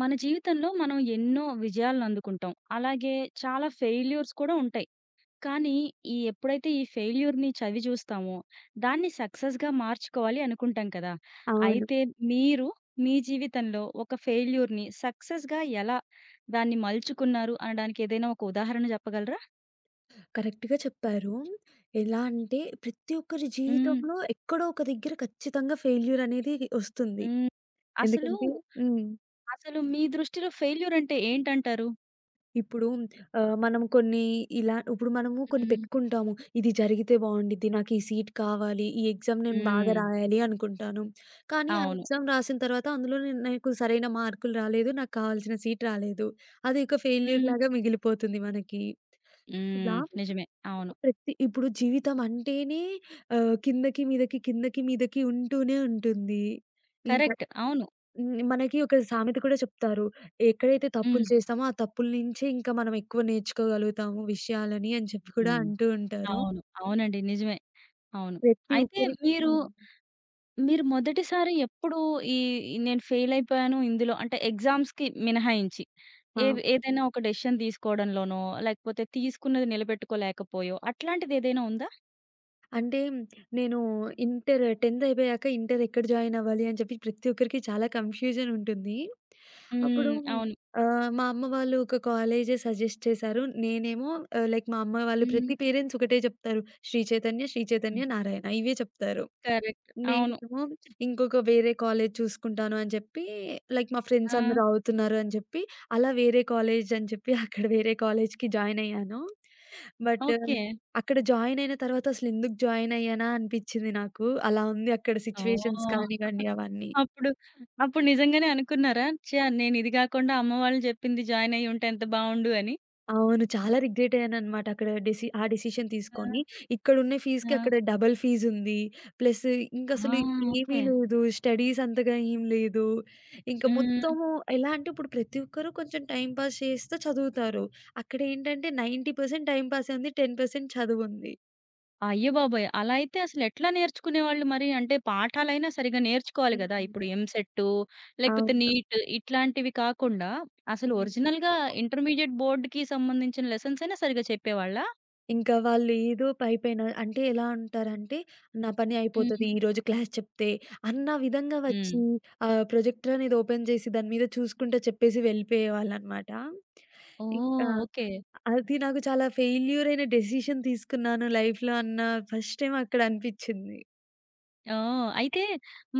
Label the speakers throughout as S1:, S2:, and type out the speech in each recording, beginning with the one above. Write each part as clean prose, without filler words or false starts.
S1: మన జీవితంలో మనం ఎన్నో విజయాలను అందుకుంటాం. అలాగే చాలా ఫెయిల్యూర్స్ కూడా ఉంటాయి. కానీ ఎప్పుడైతే ఈ ఫెయిల్యూర్‌ని చవి చూస్తామో, దాన్ని సక్సెస్‌గా మార్చుకోవాలి అనుకుంటాం కదా!
S2: అవును.
S1: అయితే మీరు మీ జీవితంలో ఒక ఫెయిల్యూర్‌ని సక్సెస్‌గా ఎలా దాన్ని మలుచుకున్నారు అనడానికి ఏదైనా ఒక ఉదాహరణ చెప్పగలరా?
S2: కరెక్ట్‌గా చెప్పారు. ఎలా అంటే ప్రతి ఒక్కరి
S1: హ్మ్.
S2: జీవితంలో ఎక్కడో ఒక దగ్గర ఖచ్చితంగా ఫెయిల్యూర్ అనేది వస్తుంది.
S1: హ్మ్. అసలు,
S2: ఎందుకంటే హ్మ్.
S1: అసలు మీ దృష్టిలో ఫెయిల్యూర్ అంటే ఏంటంటారు?
S2: ఇప్పుడు మనం కొన్ని ఇలా ఇప్పుడు మనము కొన్ని
S1: హ్మ్.
S2: పెట్టుకుంటాము. ఇది జరిగితే బావుండిద్ది. నాకు ఈ సీట్ కావాలి. ఈ ఎగ్జామ్ నేను బాగా
S1: హ్మ్.
S2: రాయాలి అనుకుంటాను. కానీ ఆ
S1: అవును.
S2: ఎగ్జామ్ రాసిన తర్వాత అందులో నాకు సరైన మార్కులు రాలేదు. నాకు కావాల్సిన సీట్ రాలేదు. అది ఒక ఫెయిల్యూర్
S1: హ్మ్.
S2: లాగా మిగిలిపోతుంది మనకి.
S1: హ్మ్.
S2: లావుగా
S1: నిజమే. అవును.
S2: ప్రతి ఇప్పుడు జీవితం అంటేనే కిందకి, మీదకి, కిందకి, మీదకి ఉంటూనే ఉంటుంది. ఇంకా
S1: కరెక్ట్. అవును.
S2: మనకి ఒక సామెత కూడా చెప్తారు. ఎక్కడైతే
S1: హ్మ్.
S2: తప్పులు చేస్తామో, ఆ తప్పుల నుంచే ఇంకా మనం ఎక్కువ నేర్చుకోగలుగుతాము విషయాలని అని చెప్పి కూడా
S1: హ్మ్.
S2: అంటూ ఉంటారు.
S1: అవును. అవునండి. నిజమే. అవును.
S2: ప్రతి
S1: అయితే
S2: ఒక్కరికి
S1: మీరు,
S2: హ్మ్.
S1: మీరు మొదటిసారి ఎప్పుడు ఈ నేను ఫెయిల్ అయిపోయాను ఇందులో అంటే ఎగ్జామ్స్‌కి మినహాయించి
S2: ఆ!
S1: ఏదైనా ఒక డెసిషన్ తీసుకోవడంలోనో, లేకపోతే తీసుకున్నది నిలబెట్టుకోలేకపోయో అట్లాంటిది ఏదైనా ఉందా?
S2: అంటే నేను ఇంటర్ 10th అయిపోయాక ఇంటర్ ఎక్కడ జాయిన్ అవ్వాలి అని చెప్పి ప్రతి ఒక్కరికి చాలా కన్‌ఫ్యూజన్ ఉంటుంది. అప్పుడు
S1: హ్మ్. అవును.
S2: మా అమ్మ వాళ్ళు ఒక కాలేజే సజెస్ట్ చేశారు. నేనేమో లైక్ మా అమ్మ వాళ్ళు
S1: హ్మ్.
S2: ప్రతి పేరెంట్స్ ఒకటే చెప్తారు. శ్రీ చైతన్య, నారాయణ ఇవే చెప్తారు.
S1: కరెక్ట్. అవును.
S2: నేనేమో ఇంకొక వేరే కాలేజ్ చూసుకుంటాను అని చెప్పి, లైక్ మా ఫ్రెండ్స్
S1: ఆ!
S2: అందరూ అవుతున్నారు అని చెప్పి, అలా వేరే కాలేజ్ అని చెప్పి అక్కడ వేరే కాలేజ్‌కి జాయిన్ అయ్యాను. But
S1: okay.
S2: అక్కడ జాయిన్ అయిన తర్వాత అసలెందుకు జాయిన్ అయ్యానా అనిపిచ్చింది నాకు. అలా ఉంది అక్కడ సిట్యుయేషన్స్
S1: ఓహ్!
S2: కానివ్వండి అవన్నీ.
S1: అప్పుడు, అప్పుడు నిజంగానే అనుకున్నారా? ఛా! నేను ఇది కాకుండా అమ్మ వాళ్ళు చెప్పింది జాయిన్ అయ్యుంటే ఎంత బావుండు అని.
S2: అవును. చాలా రిగ్రెట్ అయ్యాననమాట. అక్కడ ఆ డెసిషన్ తీసుకొని.
S1: ఆ!
S2: ఇక్కడున్న
S1: ఆ!
S2: ఫీజ్‌కి అక్కడ డబుల్ ఫీజుంది. ప్లస్
S1: ఆ!
S2: ఇంకసలు ఏమీ
S1: ఓకే.
S2: లేదు. స్టడీస్ అంతగా ఏం లేదు. ఇంక
S1: హ్మ్.
S2: మొత్తము ఎలా అంటే ఇప్పుడు ప్రతి ఒక్కరు కొంచెం టైమ్ పాస్ చేస్తూ చదువుతారు. అక్కడేంటంటే 90% టైమ్ పాసే ఉంది. 10% చదువుంది.
S1: అయ్యబాబోయ్! అలా అయితే అసలెట్లా నేర్చుకునేవాళ్ళు మరి? అంటే పాఠాలైనా సరిగ్గా నేర్చుకోవాలి గదా!
S2: హ్మ్.
S1: ఇప్పుడు ఎంసెట్టు, లేకపోతే
S2: అవును.
S1: నీట్ ఇట్లాంటివి కాకుండా అసలు
S2: హ్మ్.
S1: ఒరిజినల్‌గా ఇంటర్మీడియేట్ బోర్డ్‌కి సంబంధించిన లెసన్స్ అయినా సరిగ్గా చెప్పేవాళ్ళా?
S2: ఇంకా వాళ్ళు ఏదో పైపైన అంటే ఎలా అంటారంటే, నా పని అయిపోతది.
S1: హ్మ్.
S2: ఈరోజు క్లాస్ చెప్తే అన్న విధంగా
S1: హ్మ్.
S2: వచ్చి ప్రొజెక్టర్ అనేది ఓపెన్ చేసి దాని మీద చూసుకుంటా చెప్పేసి వెళ్ళిపోయేవాళ్ళనమాట. ఇంకా
S1: ఓహ్! ఓకే.
S2: అది నాకు చాలా ఫెయిల్యూర్ అయిన డెసిషన్ తీసుకున్నాను లైఫ్‌లో అన్న ఫస్ట్ టైమ్ అక్కడ అనిపిచ్చింది.
S1: ఆ! అయితే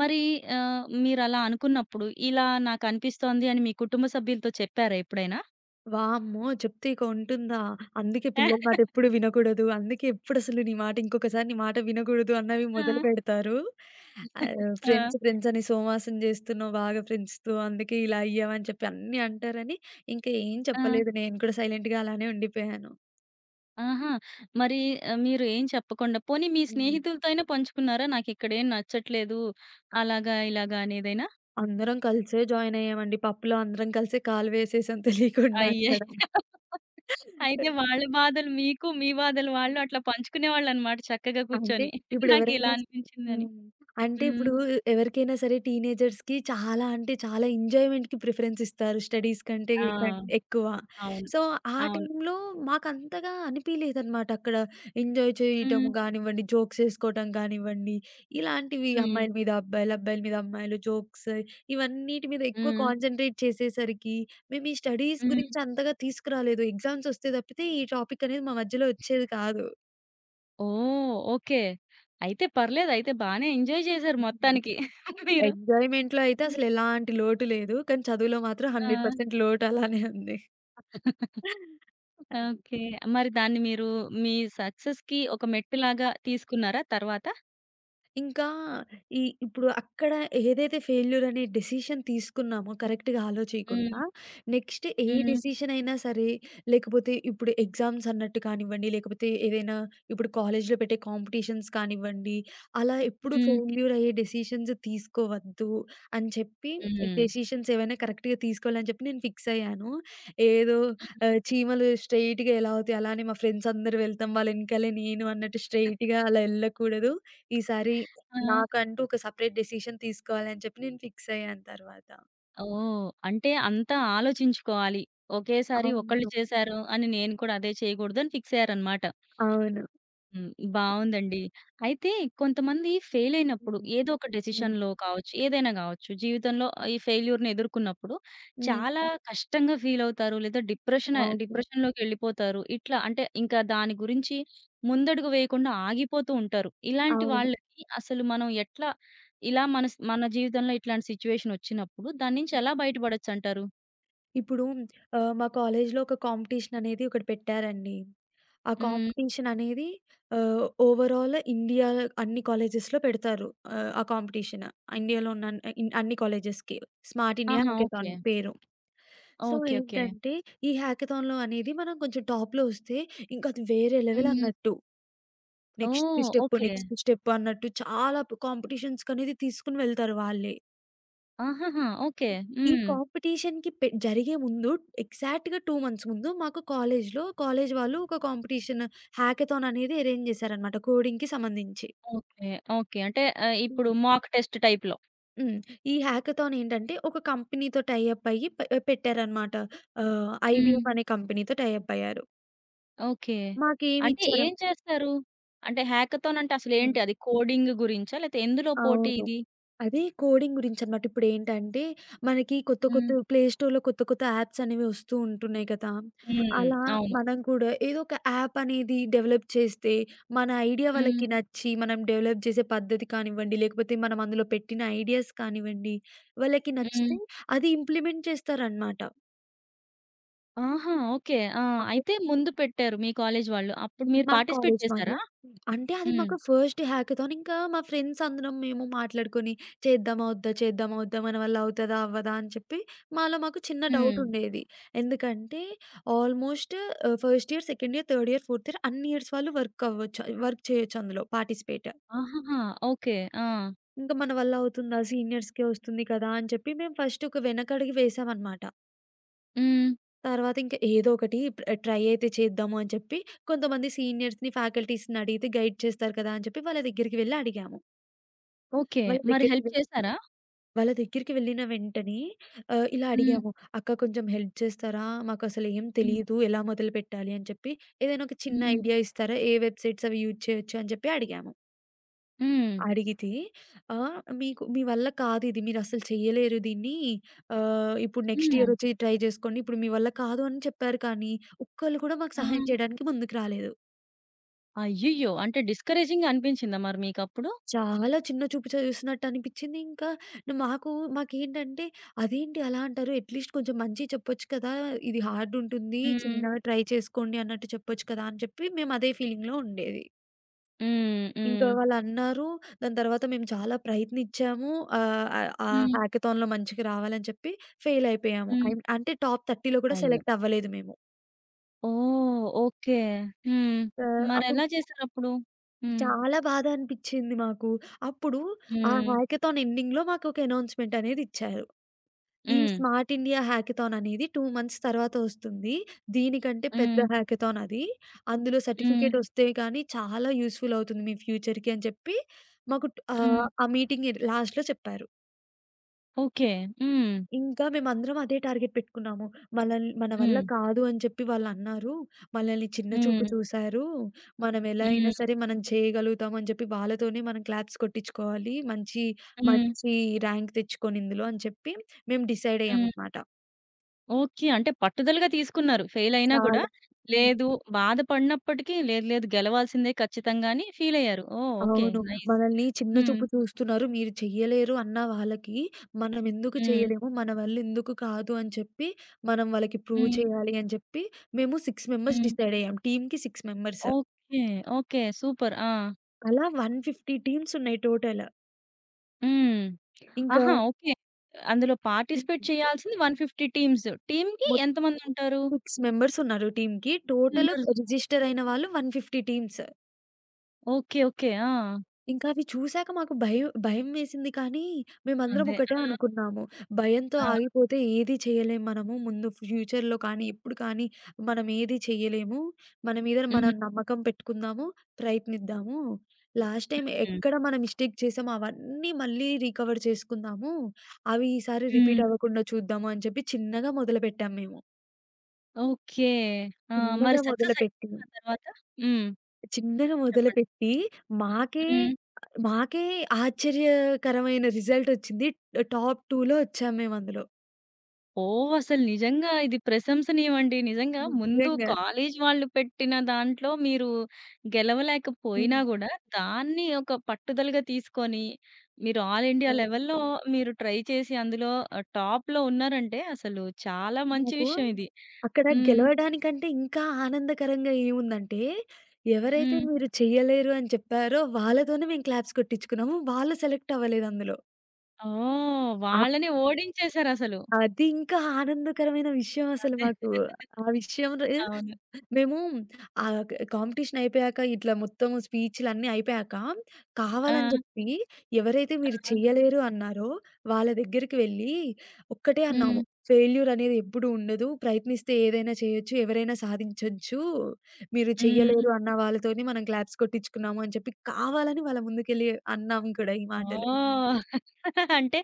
S1: మరి మీరలా అనుకున్నప్పుడు ఇలా నాకనిపిస్తోంది అని మీ కుటుంబ సభ్యులతో చెప్పారా ఎప్పుడైనా?
S2: వామ్మో! చెప్తే ఇక ఉంటుందా? అందుకే
S1: ఆ!
S2: పిల్లల మాట ఎప్పుడు వినకూడదు. అందుకే ఎప్పుడసలు నీ మాట ఇంకొకసారి నీ మాట వినకూడదు అన్నవి మొదలుపెడతారు. ఆహ్,
S1: ఆ!
S2: ఫ్రెండ్స్ ఫ్రెండ్స్ అని సోమవాసం చేస్తున్నావు బాగా ఫ్రెండ్స్‌తో. అందుకే ఇలా అయ్యావని చెప్పి అన్నీ అంటారని ఇంకా ఏం
S1: ఆ!
S2: చెప్పలేదు. నేను కూడా సైలెంట్‌గా అలానే ఉండిపోయాను.
S1: ఆహా! మరి మీరు ఏం చెప్పకుండా పోనీ మీ
S2: హ్మ్.
S1: స్నేహితులతో అయినా పంచుకున్నారా? నాకిక్కడేం నచ్చట్లేదు. అలాగా ఇలాగా అనేదైనా?
S2: అందరం కలిసే జాయిన్ అయ్యామండి. పబ్‌లో అందరం కలిసే కాలు వేసేసాం తెలియకుండా
S1: అయ్యే!
S2: అక్కడ.
S1: అయితే వాళ్ళ బాధలు మీకు, మీ బాధలు వాళ్ళు అట్లా పంచుకునేవాళ్ళనమాట చక్కగా
S2: అంటే
S1: కూర్చొని. నాకిలా
S2: ఇప్పుడెవరైనా స్
S1: అనిపించిందని.
S2: హ్మ్. అంటే
S1: హ్మ్.
S2: ఇప్పుడు ఎవరికైనా సరే టీనేజర్స్‌కి చాలా అంటే చాలా ఎంజాయ్‌మెంట్‌కి ప్రిఫరెన్స్ ఇస్తారు స్టడీస్ కంటే
S1: ఆ!
S2: కం ఎక్కువ.
S1: అవును.
S2: సో, ఆ
S1: అవును.
S2: టైంలో మాకంతగా అనిపియలేదనమాట. అక్కడ ఎంజాయ్ చేయటం
S1: హ్మ్.
S2: గానివ్వండి, జోక్స్ ఏసుకోవటం గానివ్వండి, ఇలాంటివి
S1: హ్మ్.
S2: అమ్మాయిల మీద అబ్బాయిలు, అబ్బాయిల మీద అమ్మాయిలు జోక్స్ ఇవన్నిటి మీద ఎక్కువ
S1: హ్మ్.
S2: కాన్సంట్రేట్ చేసేసరికి మేము ఈ స్టడీస్
S1: హ్మ్.
S2: గురించి అంతగా తీసుకురాలేదు. ఎగ్జామ్స్ వస్తే తప్పితే ఈ టాపిక్ అనేది మా మధ్యలో వచ్చేది కాదు.
S1: ఓహ్! ఓకే. అయితే పర్లేదు. అయితే బానే ఎంజాయ్ చేశారు మొత్తానికి
S2: హ్మ్.
S1: మీరు.
S2: ఎంజాయ్‌మెంట్‌లో అయితే
S1: హ్మ్.
S2: అసలెలాంటి లోటు లేదు. కానీ చదువులో మాత్రం
S1: ఆ!
S2: 100% లోటు అలానే ఉంది. అది.
S1: ఓకే. మరి దాన్ని మీ సక్సెస్‌కి ఒక మెట్టులాగా తీసుకున్నారా తర్వాత?
S2: ఇంకా ఇప్పుడు అక్కడ ఏదైతే ఫెయిల్యూర్ అనే డెసిషన్ తీసుకున్నామో కరెక్ట్‌గా
S1: హ్మ్.
S2: ఆలోచియకుండా, నెక్స్ట్ ఏ
S1: హ్మ్.
S2: డెసిషన్ అయినా సరే, లేకపోతే ఇప్పుడు ఎగ్జామ్స్ అన్నట్టు కానివ్వండి, లేకపోతే ఏదైనా ఇప్పుడు కాలేజ్‌లో పెట్టే కాంపిటీషన్స్ కానివ్వండి, అలా ఎప్పుడు
S1: హ్మ్.
S2: ఫెయిల్యూర్ అయ్యే డెసిషన్స్ తీసుకోవద్దు అని చెప్పి,
S1: హ్మ్.
S2: డెసిషన్స్ ఏవైనా కరెక్ట్‌గా తీసుకోవాలని చెప్పి నేను ఫిక్స్ అయ్యాను. ఏదో చీమలు స్ట్రెయిట్‌గా ఎలా అవుతాయి, అలానే మా ఫ్రెండ్స్ అందరూ వెళ్తాం వాళ్ళ ఎనకాలే నేను అన్నట్టు స్ట్రెయిట్‌గా అలా ఎళ్ళకూడదు. ఈసారి
S1: ఆ!
S2: నాకంటూ ఒక సెపరేట్ డెసిషన్ తీసుకోవాలని చెప్పి నేను ఫిక్స్ అయ్యాను తర్వాత.
S1: ఓహ్! అంటే అంతా ఆలోచించుకోవాలి. ఒకేసారి ఒకళ్ళు
S2: అవును.
S1: చేశారు అని నేను కూడా అదే చేయకూడదని ఫిక్స్ అయ్యారనమాట.
S2: అవును.
S1: హ్మ్. బావుందండి. అయితే కొంతమంది ఫెయిల్ అయినప్పుడు
S2: హ్మ్.
S1: ఏదో ఒక
S2: హ్మ్.
S1: డెసిషన్‌లో కావచ్చు, ఏదైనా గావచ్చు, జీవితంలో ఈ ఫెయిల్యూర్‌ని ఎదుర్కొన్నప్పుడు
S2: హ్మ్.
S1: చాలా కష్టంగా ఫీల్ అవుతారు. లేదా
S2: అవును.
S1: డిప్రెషన్‌లోకెళ్ళిపోతారు. ఇట్లా అంటే ఇంకా దాని గురించి ముందడుగు వేయకుండా ఆగిపోతూ ఉంటారు. ఇలాంటి
S2: అవును.
S1: వాళ్ళకి అసలు మనం ఎట్లా ఇలా మన జీవితంలో ఇట్లాంటి సిట్యుయేషన్ వచ్చినప్పుడు దాని నుంచి
S2: హ్మ్.
S1: ఎలా బయటపడొచ్చంటారు?
S2: ఇప్పుడు మా కాలేజ్‌లో ఒక కాంపిటీషన్ అనేది ఒకటి పెట్టారండి. ఆ
S1: హ్మ్.
S2: కాంపిటీషన్ అనేది ఓవరాల్ ఇండియా అన్ని కాలేజెస్‌లో పెడతారు. ఆ కాంపిటీషన్. ఇండియాలో ఉన్న అన్ని కాలేజెస్‌కి. స్మార్ట్ ఇండియా
S1: ఆహా! ఓకే.
S2: హ్యాకథాన్ పేరు. So,
S1: okay. ఓకే.
S2: ఏంటంటే ఈ హ్యాకథాన్‌లో అనేది మనం కొంచెం టాప్‌లో వస్తే ఇంకా అది వేరే లెవెల్
S1: హ్మ్.
S2: అన్నట్టు. Next
S1: oh!
S2: Step,
S1: okay.
S2: Next step అన్నట్టు చాలా కాంపిటీషన్స్‌కనేది తీసుకొని వెళ్తారు వాళ్ళే.
S1: ఆహాహా! ఓకే.
S2: ఈ
S1: హ్మ్.
S2: కాంపిటీషన్‌కి జరిగే ముందు ఎగ్జాక్ట్‌గా 2 మంత్స్ ముందు మాకు కాలేజ్‌లో కాలేజ్ వాళ్ళు ఒక కాంపిటీషన్ హ్యాకథాన్ అనేది అరేంజ్ చేశారనమాట కోడింగ్‌కి సంబంధించి.
S1: ఓకే. ఓకే. అంటే ఇప్పుడు
S2: హ్మ్.
S1: మాక్ టెస్ట్ టైప్‌లో.
S2: హ్మ్. ఈ హ్యాకథాన్ ఏంటంటే ఒక కంపెనీతో టై అప్ అయ్యి పెట్టారనమాట.
S1: హ్మ్.
S2: ఐబీఎం అనే కంపెనీతో టై అప్ అయ్యారు.
S1: ఓకే.
S2: మాకేమి
S1: అంటే ఏం
S2: ఇచ్చారంటే
S1: చేస్తారు? అంటే హ్యాకథాన్ అంటే
S2: హ్మ్.
S1: అసలేంటి? అది కోడింగ్ గురించా? లేతే ఎందులో పోటీ
S2: అవును.
S1: ఇది?
S2: అదే కోడింగ్ గురించనమాట. ఇప్పుడేంటంటే, మనకి కొత్త
S1: హ్మ్.
S2: కొత్త ప్లే స్టోర్‌లో కొత్త కొత్త యాప్స్ అనేవి వస్తూ ఉంటున్నాయి కదా!
S1: హ్మ్.
S2: అలా
S1: అవును.
S2: మనం కూడా ఏదో ఒక యాప్ అనేది డెవలప్ చేస్తే, మన ఐడియా
S1: హ్మ్.
S2: వాళ్ళకి నచ్చి, మనం డెవలప్ చేసే పద్ధతి కానివ్వండి, లేకపోతే మనం అందులో పెట్టిన ఐడియాస్ కానివ్వండి, వాళ్ళకి
S1: హ్మ్.
S2: నచ్చితే అది ఇంప్లిమెంట్ చేస్తారనమాట.
S1: ఆహా! ఓకే. ఆ! అయితే ముందు పెట్టారు మీ కాలేజీ వాళ్ళు. అప్పుడు మీరు
S2: మా
S1: పార్టిసిపేట్
S2: కాలేజ్
S1: చేసారా?
S2: వాళ్ళు. అంటే అది
S1: హ్మ్.
S2: మాకు ఫస్ట్ హ్యాకథాన్. ఇంకా మా ఫ్రెండ్స్ అందరం మేము మాట్లాడుకొని చేద్దామా? వద్దా? మన వల్ల అవుతదా? అవ్వదా? అని చెప్పి మాలో మాకు చిన్న
S1: హ్మ్.
S2: డౌట్ ఉండేది. ఎందుకంటే almost first year, second year, third year, fourth year అన్ని ఇయర్స్ వాళ్ళు వర్క్ అవ్వచ్చు. వర్క్ చేయొచ్చు అందులో పార్టిసిపేట్.
S1: ఆహాహా! ఓకే. ఆ!
S2: ఇంకా మన వల్ల అవుతుందా? సీనియర్స్‌కే వస్తుంది కదా! అని చెప్పి మేము ఫస్ట్ ఒక వెనకడుగు వేసామనమాట.
S1: హ్మ్.
S2: తర్వాత ఇంక ఏదో ఒకటి ట్రై అయితే చేద్దాము అని చెప్పి, కొంతమంది సీనియర్స్‌ని, ఫ్యాకల్టీస్‌ని అడిగితే గైడ్ చేస్తారు కదా! అని చెప్పి వాళ్ళ దగ్గరికి వెళ్లి అడిగాము.
S1: ఓకే.
S2: వాళ్ళ
S1: మరి
S2: దగ్గరికి
S1: హెల్ప్
S2: వెళ్
S1: చేసారా?
S2: వాళ్ళ దగ్గరికి వెళ్ళిన వెంటనే ఇలా
S1: హ్మ్.
S2: అడిగాము, "అక్క కొంచెం హెల్ప్ చేస్తారా? మాకసలు ఏం
S1: హ్మ్.
S2: తెలీదు. ఎలా మొదలుపెట్టాలి?" అని చెప్పి, "ఏదైనా ఒక చిన్న
S1: హ్మ్.
S2: ఐడియా ఇస్తారా? ఏ వెబ్‌సైట్స్ అవి యూజ్ చేయొచ్చు?" అని చెప్పి అడిగాము.
S1: హ్మ్.
S2: అడిగితే మీకు మీ వల్ల కాదిది. మీరసలు చెయ్యలేరు దీన్ని. ఇప్పుడు నెక్స్ట్
S1: హ్మ్.
S2: ఇయరొచ్చి ట్రై జేసుకోండి. ఇప్పుడు మీ వల్ల కాదు అని చెప్పారు కానీ, ఒక్కళ్ళు కూడా మాకు
S1: ఆ!
S2: సహాయం చేయడానికి ముందుకు రాలేదు.
S1: అయ్యయ్యో! అంటే డిస్కరేజింగ్‌గా అనిపించిందా మరి మీకప్పుడు?
S2: చాలా చిన్న చూపు చూసినట్టనిపిచ్చింది. ఇంకా మాకు మాకేంటంటే, అదేంటి అలా అంటారు? అట్‌లీస్ట్ కొంచెం మంచిగా చెప్పొచ్చు కదా! ఇది హార్డుంటుంది.
S1: హ్మ్.
S2: చిన్నగా ట్రై చేసుకోండి అన్నట్టు చెప్పొచ్చు కదా! అని చెప్పి మేము అదే ఫీలింగ్‌లో ఉండేది.
S1: హ్మ్. హ్మ్.
S2: ఇంకా వాళ్ళన్నారు. దాని తర్వాత మేము చాలా ప్రయత్నిచ్చాము. ఆహ్, ఆహ్, ఆ
S1: హ్మ్.
S2: హ్యాకథాన్‌లో మంచిగా రావాలని చెప్పి ఫెయిల్ అయిపోయాము.
S1: హ్మ్.
S2: అంటే టాప్ 30లో కూడా
S1: అయ్యో!
S2: సెలెక్ట్ అవ్వలేదు మేము.
S1: ఓహ్! ఓకే. హ్మ్.
S2: అప్పుడు
S1: మరెలా చేసారప్పుడు? హ్మ్.
S2: చాలా బాధ అనిపిచ్చింది మాకు. అప్పుడు ఆ
S1: హ్మ్.
S2: హ్యాకథాన్ ఎండింగ్‌లో మాకు ఒక అనౌన్స్‌మెంట్ అనేది ఇచ్చారు. ఈ
S1: హ్మ్.
S2: స్మార్ట్ ఇండియా హ్యాకథాన్ అనేది 2 మంత్స్ తర్వాత వస్తుంది. దీనికంటే పెద్ద
S1: హ్మ్.
S2: హ్యాకథాన్ అది. అందులో
S1: హ్మ్.
S2: సర్టిఫికేట్ వస్తే కానీ చాలా యూజ్‌ఫుల్ అవుతుంది మీ ఫ్యూచర్‌కి అని చెప్పి మాకు
S1: హ్మ్.
S2: ఆ మీటింగ్ లాస్ట్‌లో చెప్పారు.
S1: ఓకే. హ్మ్.
S2: ఇంకా మేమందరం అదే టార్గెట్ పెట్టుకున్నాము. మన వల్ల
S1: హ్మ్.
S2: కాదు అని చెప్పి వాళ్ళన్నారు. మనల్ని చిన్న చూపు
S1: హ్మ్.
S2: చూసారు. మనం ఎలా అయినా
S1: హ్మ్.
S2: సరే మనం చేయగలుగుతాం అని చెప్పి వాళ్ళతోనే మనం క్లాప్స్ కొట్టించుకోవాలి. మంచి,
S1: హ్మ్.
S2: మంచి ర్యాంక్ తెచ్చుకొని ఇందులో అని చెప్పి మేము డిసైడ్
S1: హ్మ్.
S2: అయ్యామన్నమాట.
S1: ఓకే. అంటే పట్టుదలగా తీసుకున్నారు. ఫెయిల్ అయినా గూడా
S2: చాలా హ్మ్.
S1: లేదు బాధపడినప్పటికీ లేదు, లేదు, గెలవాల్సిందే ఖచ్చితంగా అని ఫీల్ అయ్యారు. ఓహ్! ఓకే.
S2: అవును.
S1: నైస్.
S2: మనల్ని చిన్న
S1: హ్మ్.
S2: చూపు చూస్తున్నారు. మీరు చెయ్యలేరు అన్న వాళ్ళకి, మనం ఎందుకు
S1: హ్మ్.
S2: చేయలేము, మన వల్ల ఎందుకు కాదు అని చెప్పి, మనం వాళ్ళకి ప్రూవ్
S1: హ్మ్.
S2: చేయాలి అని చెప్పి, మేము 6 మెంబర్స్
S1: హ్మ్.
S2: డిసైడ్ అయ్యాం. టీమ్‌కి 6 మెంబర్స్.
S1: ఓకే. ఓకే. సూపర్. ఆ!
S2: అలా 150 టీమ్స్ ఉన్నాయి టోటల్.
S1: హ్మ్.
S2: ఇంకా
S1: ఆహా! ఓకే. అందులో పార్టిసిపేట్
S2: హ్మ్.
S1: చేయాల్సింది 150 టీమ్స్. టీమ్‌కి
S2: మొత్
S1: ఎంతమందుంటారు?
S2: 6 మెంబర్స్ ఉన్నారు టీమ్‌కి. Total
S1: members.
S2: రిజిస్టర్ అయిన వాళ్ళు 150 టీమ్స్.
S1: ఓకే. ఓకే. ఆ!
S2: ఇంకా అవి చూసాక మాకు భయం భయం వేసింది కానీ, మేమందరం
S1: అదే.
S2: ఒకటే
S1: ఆ!
S2: అనుకున్నాము. భయంతో
S1: ఆ!
S2: ఆగిపోతే ఏది చేయలేం మనము. ముందు ఫ్యూచర్‌లో కానీ, ఇప్పుడు కానీ మనం ఏది చేయలేము. మన మీద
S1: హ్మ్.
S2: మనం నమ్మకం పెట్టుకుందాము. ప్రయత్నిద్దాము. లాస్ట్ టైమ్ ఎక్కడ మనం మిస్టేక్ చేసామో అవన్నీ మళ్ళీ రికవర్ చేసుకుందాము. అవి ఈసారి
S1: హ్మ్.
S2: రిపీట్ అవ్వకుండా చూద్దాము అని చెప్పి చిన్నగా మొదలుపెట్టాము మేము.
S1: ఓకే. ఆ! మరి
S2: చిన్నగా
S1: సక్సెస్ అయిందా
S2: మొదలుపెట్టి
S1: ఆ తర్వాత? హ్మ్.
S2: చిన్నగా
S1: చెప్పండి.
S2: మొదలుపెట్టి మాకే
S1: హ్మ్.
S2: మాకే ఆశ్చర్యకరమైన రిజల్టొచ్చింది. టాప్ 2లో ఒచ్చాం మేమందులో.
S1: ఓహ్! అసలు నిజంగా ఇది ప్రశంసనీయమండి. నిజంగా ముందు
S2: నిజంగా.
S1: కాలేజీ వాళ్ళు పెట్టిన దాంట్లో మీరు గెలవలేకపోయినా
S2: హ్మ్.
S1: గూడా, దాన్ని ఒక పట్టుదలగా తీసుకొని, మీరు ఆల్ ఇండియా
S2: ఓహ్!
S1: లెవెల్‌లో మీరు ట్రై చేసి అందులో టాప్‌లో ఉన్నారంటే అసలు చాలా మంచి
S2: నాకు
S1: విషయం ఇది.
S2: అక్కడ
S1: హ్మ్.
S2: గెలవడానికంటే ఇంకా ఆనందకరంగా ఏముందంటే, ఎవరైతే
S1: హ్మ్.
S2: మీరు చెయ్యలేరు అని చెప్పారో వాళ్ళతోనే మేము క్లాప్స్ కొట్టించుకున్నాము. వాళ్ళు సెలెక్ట్ అవ్వలేదందులో.
S1: ఓహ్!
S2: అది
S1: వాళ్ళని ఓడించేసారసలు.
S2: అది ఇంకా ఆనందకరమైన విషయం అసలు
S1: అదే.
S2: మాకు. ఆ విషయం ర్
S1: అవును.
S2: మేము ఆహ్, క కాంపిటీషన్ అయిపోయాక ఇట్లా మొత్తం స్పీచ్‌లన్నీ అయిపోయాక,
S1: ఆ!
S2: కావాలని చెప్పి ఎవరైతే మీరు
S1: ఆ!
S2: చేయలేరు అన్నారో వాళ్ళ దగ్గరికి వెళ్ళి ఒక్కటే
S1: హ్మ్.
S2: అన్నాము. ఫెయిల్యూర్ అనేది ఎప్పుడు ఉండదు. ప్రయత్నిస్తే ఏదైనా చేయొచ్చు. ఎవరైనా సాధించొచ్చు. మీరు
S1: హ్మ్.
S2: చెయ్యలేరు అన్న వాళ్ళతోనే మనం క్లాప్స్ కొట్టించుకున్నాము అని చెప్పి కావాలని వాళ్ళ ముందుకెళ్ళి అన్నాము కూడా ఈ
S1: ఆ!
S2: మాటలు.
S1: హ్మ్. అంటే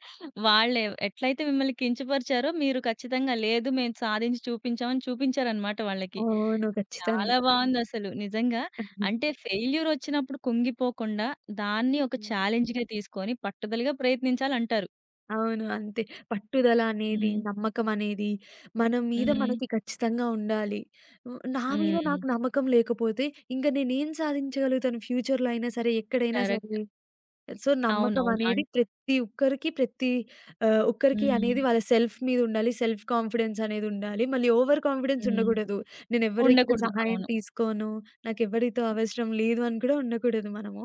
S1: వాళ్ళే ఎట్లయితే మిమ్మల్ని కించపరిచారో మీరు ఖచ్చితంగా లేదు మేము సాధించి చూపించాం అని చూపించారన్నమాట వాళ్ళకి.
S2: అవును. ఖచ్చితంగా.
S1: చాలా బావుందసలు నిజంగా. అంటే ఫెయిల్యూర్ వచ్చినప్పుడు కుంగిపోకుండా దాన్ని ఒక ఛాలెంజ్‌గా తీసుకొని పట్టుదలగా ప్రయత్నించాలంటారు.
S2: అవును. అంతే. పట్టుదల అనేది,
S1: హ్మ్.
S2: నమ్మకం అనేది మన మీద
S1: హ్మ్.
S2: మనకి ఖచ్చితంగా ఉండాలి. హ్మ్. నా మీద
S1: హ్మ్.
S2: నాకు నమ్మకం లేకపోతే ఇంక నేనేం సాధించగలుగుతాను ఫ్యూచర్‌లో అయినా సరే, ఎక్కడైనా
S1: కరెక్ట్.
S2: సరే. సో, నమ్మకం
S1: అవునవును. అన్
S2: అనేది ప్రతి ఒక్కరికి ఒక్కరికి అనేది
S1: హ్మ్.
S2: వాళ్ళ సెల్ఫ్ మీద ఉండాలి. సెల్ఫ్ కాన్ఫిడెన్స్ అనేది ఉండాలి. మళ్ళీ ఓవర్ కాన్ఫిడెన్స్
S1: హ్మ్.
S2: ఉండకూడదు. నేను ఎవరి దగ్గర
S1: ఉండకూడదు.
S2: సహాయం
S1: అవును.
S2: తీసుకోను. నాకెవరితో అవసరం లేదు అని కూడా ఉండకూడదు మనము.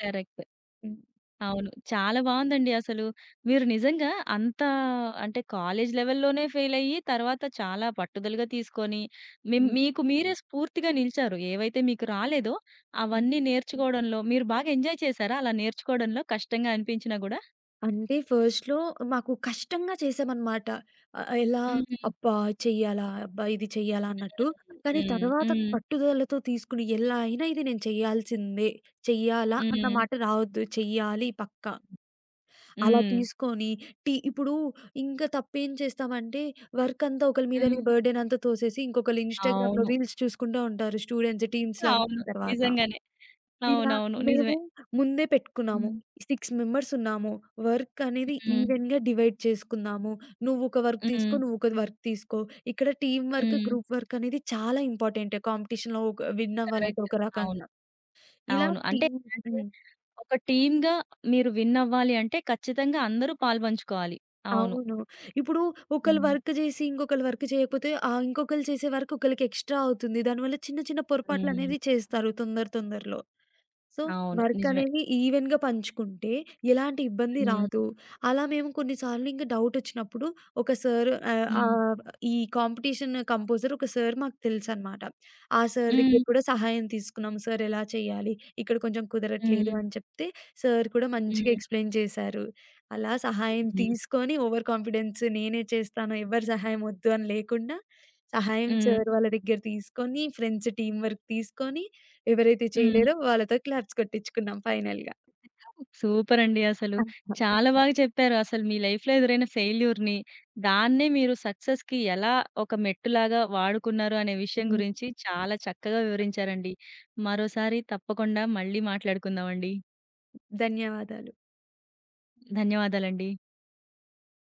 S1: కరెక్ట్.
S2: హ్మ్.
S1: అవును. చాలా బావుందండి అసలు. మీరు నిజంగా అంత అంటే కాలేజ్ లెవెల్‌లోనే ఫెయిలయ్యి, తర్వాత చాలా పట్టుదలగా తీసుకొని,
S2: హ్మ్.
S1: మీకు మీరే స్ఫూర్తిగా నిలిచారు. ఏవైతే మీకు రాలేదో,
S2: హ్మ్.
S1: అవన్నీ నేర్చుకోవడంలో మీరు బాగా ఎంజాయ్ చేశారా? అలా నేర్చుకోవడంలో కష్టంగా అనిపించినా గూడా?
S2: అంటే ఫస్ట్‌లో మాకు కష్టంగా చేసామనమాట. ఆహ్, ఎలా
S1: హ్మ్.
S2: అబ్బా! చెయ్యాలా? అబ్బా! ఇది చెయ్యాలా? అన్నట్టు. కానీ
S1: హ్మ్.
S2: తర్వాత
S1: హ్మ్.
S2: పట్టుదలతో తీసుకుని ఎలా అయినా ఇది నేను చేయాల్సిందే. చెయ్యాలా అన్న
S1: హ్మ్.
S2: మాట రావద్దు. చెయ్యాలి పక్కా. అలా
S1: హ్మ్.
S2: తీసుకొని ఇప్పుడు ఇంకా తప్పేం చేస్తామంటే వర్క్ అంతా ఒకళ్ళ
S1: హ్మ్.
S2: మీదనే బర్డెన్ అంతా తోసేసి ఇంకొకళ్ళు ఇన్‌స్టాగ్రామ్‌లో
S1: అవును.
S2: రీల్స్ చూసుకుంటా ఉంటారు. స్టూడెంట్స్, టీమ్స్ లాగా
S1: అవును.
S2: అయిన తర్వాత.
S1: నిజంగానే.
S2: ఇలా
S1: అవునవును.
S2: మేము
S1: నిజమే.
S2: ముందే పెట్టుకున్నాము.
S1: హ్మ్.
S2: 6 మెంబర్స్ ఉన్నాము. వర్క్ అనేది
S1: హ్మ్.
S2: ఈవెన్‌గా డివైడ్ చేసుకుందాము. నువ్వు ఒక వర్క్
S1: హ్మ్.
S2: తీసుకో, నువ్వు ఒక వర్క్ తీసుకో. ఇక్కడ టీమ్ వర్క్,
S1: హ్మ్.
S2: గ్రూప్ వర్క్ అనేది చాలా ఇంపార్టెంట్. కాంపిటీషన్‌లో ఒక విన్ అవ్వాలంటే
S1: కరెక్ట్.
S2: ఒక
S1: అవును.
S2: రకంగా. ఇలా
S1: అవును. అంటే,
S2: టీమ్
S1: అంటే
S2: హ్మ్.
S1: ఒక టీమ్‌గా మీరు విన్ అవ్వాలి అంటే ఖచ్చితంగా అందరూ పాలుపంచుకోవాలి. అవును.
S2: అవును. ఇప్పుడు ఒకళ్ళు
S1: హ్మ్.
S2: వర్క్ జేసి, ఇంకొకళ్ళు వర్క్ చేయకపోతే ఇంకొకళ్ళు చేసే వర్క్ ఒకళ్ళకి ఎక్స్‌ట్రా అవుతుంది. దానివల్ల చిన్న చిన్న
S1: హ్మ్.
S2: పొరపాట్లనేవి చేస్తారు తొందరలో. సో,
S1: అవును.
S2: వర్క్
S1: నిజమే.
S2: అనేది ఈవెన్‌గా పంచుకుంటే ఎలాంటి ఇబ్బంది
S1: హ్మ్.
S2: రాదు. అలా మేము కొన్ని సార్లు ఇంక డౌటొచ్చినప్పుడు ఒక సార్ ఆహ్,
S1: హ్మ్.
S2: ఆహ్, ఈ కాంపిటీషన్ కంపోజర్ ఒక సార్ మాకు తెలుసనమాట. ఆ సార్
S1: హ్మ్.
S2: దగ్గర కూడా సహాయం తీసుకున్నాం. సార్ ఎలా చేయాలి? ఇక్కడ కొంచెం కుదరట్లేదు
S1: హ్మ్.
S2: అని చెప్తే సార్ కూడా మంచిగా
S1: హ్మ్.
S2: ఎక్స్‌ప్లెయిన్ చేశారు. అలా సహాయం
S1: హ్మ్.
S2: తీసుకొని ఓవర్ కాన్ఫిడెన్స్ నేనే చేస్తాను ఎవ్వరి సహాయం వద్దు అని లేకుండా సహాయం
S1: హ్మ్.
S2: సార్ వాళ్ళ దగ్గర తీసుకొని ఫ్రెండ్స్ టీమ్ వర్క్ తీసుకొని ఎవరైతే
S1: హ్మ్.
S2: చేయలేదో వాళ్ళతో క్లాప్స్ కొట్టించుకున్నాం ఫైనల్‌గా.
S1: సూపర్ అండి అసలు.
S2: ఆహా!
S1: చాలా బాగా చెప్పారు. అసలు మీ లైఫ్‌లో ఎదురైన ఫెయిల్యూర్‌ని, దాన్నే మీరు సక్సెస్‌కి ఎలా ఒక మెట్టులాగా వాడుకున్నారు అనే విషయం
S2: హ్మ్.
S1: గురించి చాలా చక్కగా వివరించారండి. మరోసారి తప్పకుండా మళ్ళీ మాట్లాడుకుందామండి.
S2: ధన్యవాదాలు.
S1: ధన్యవాదాలండి.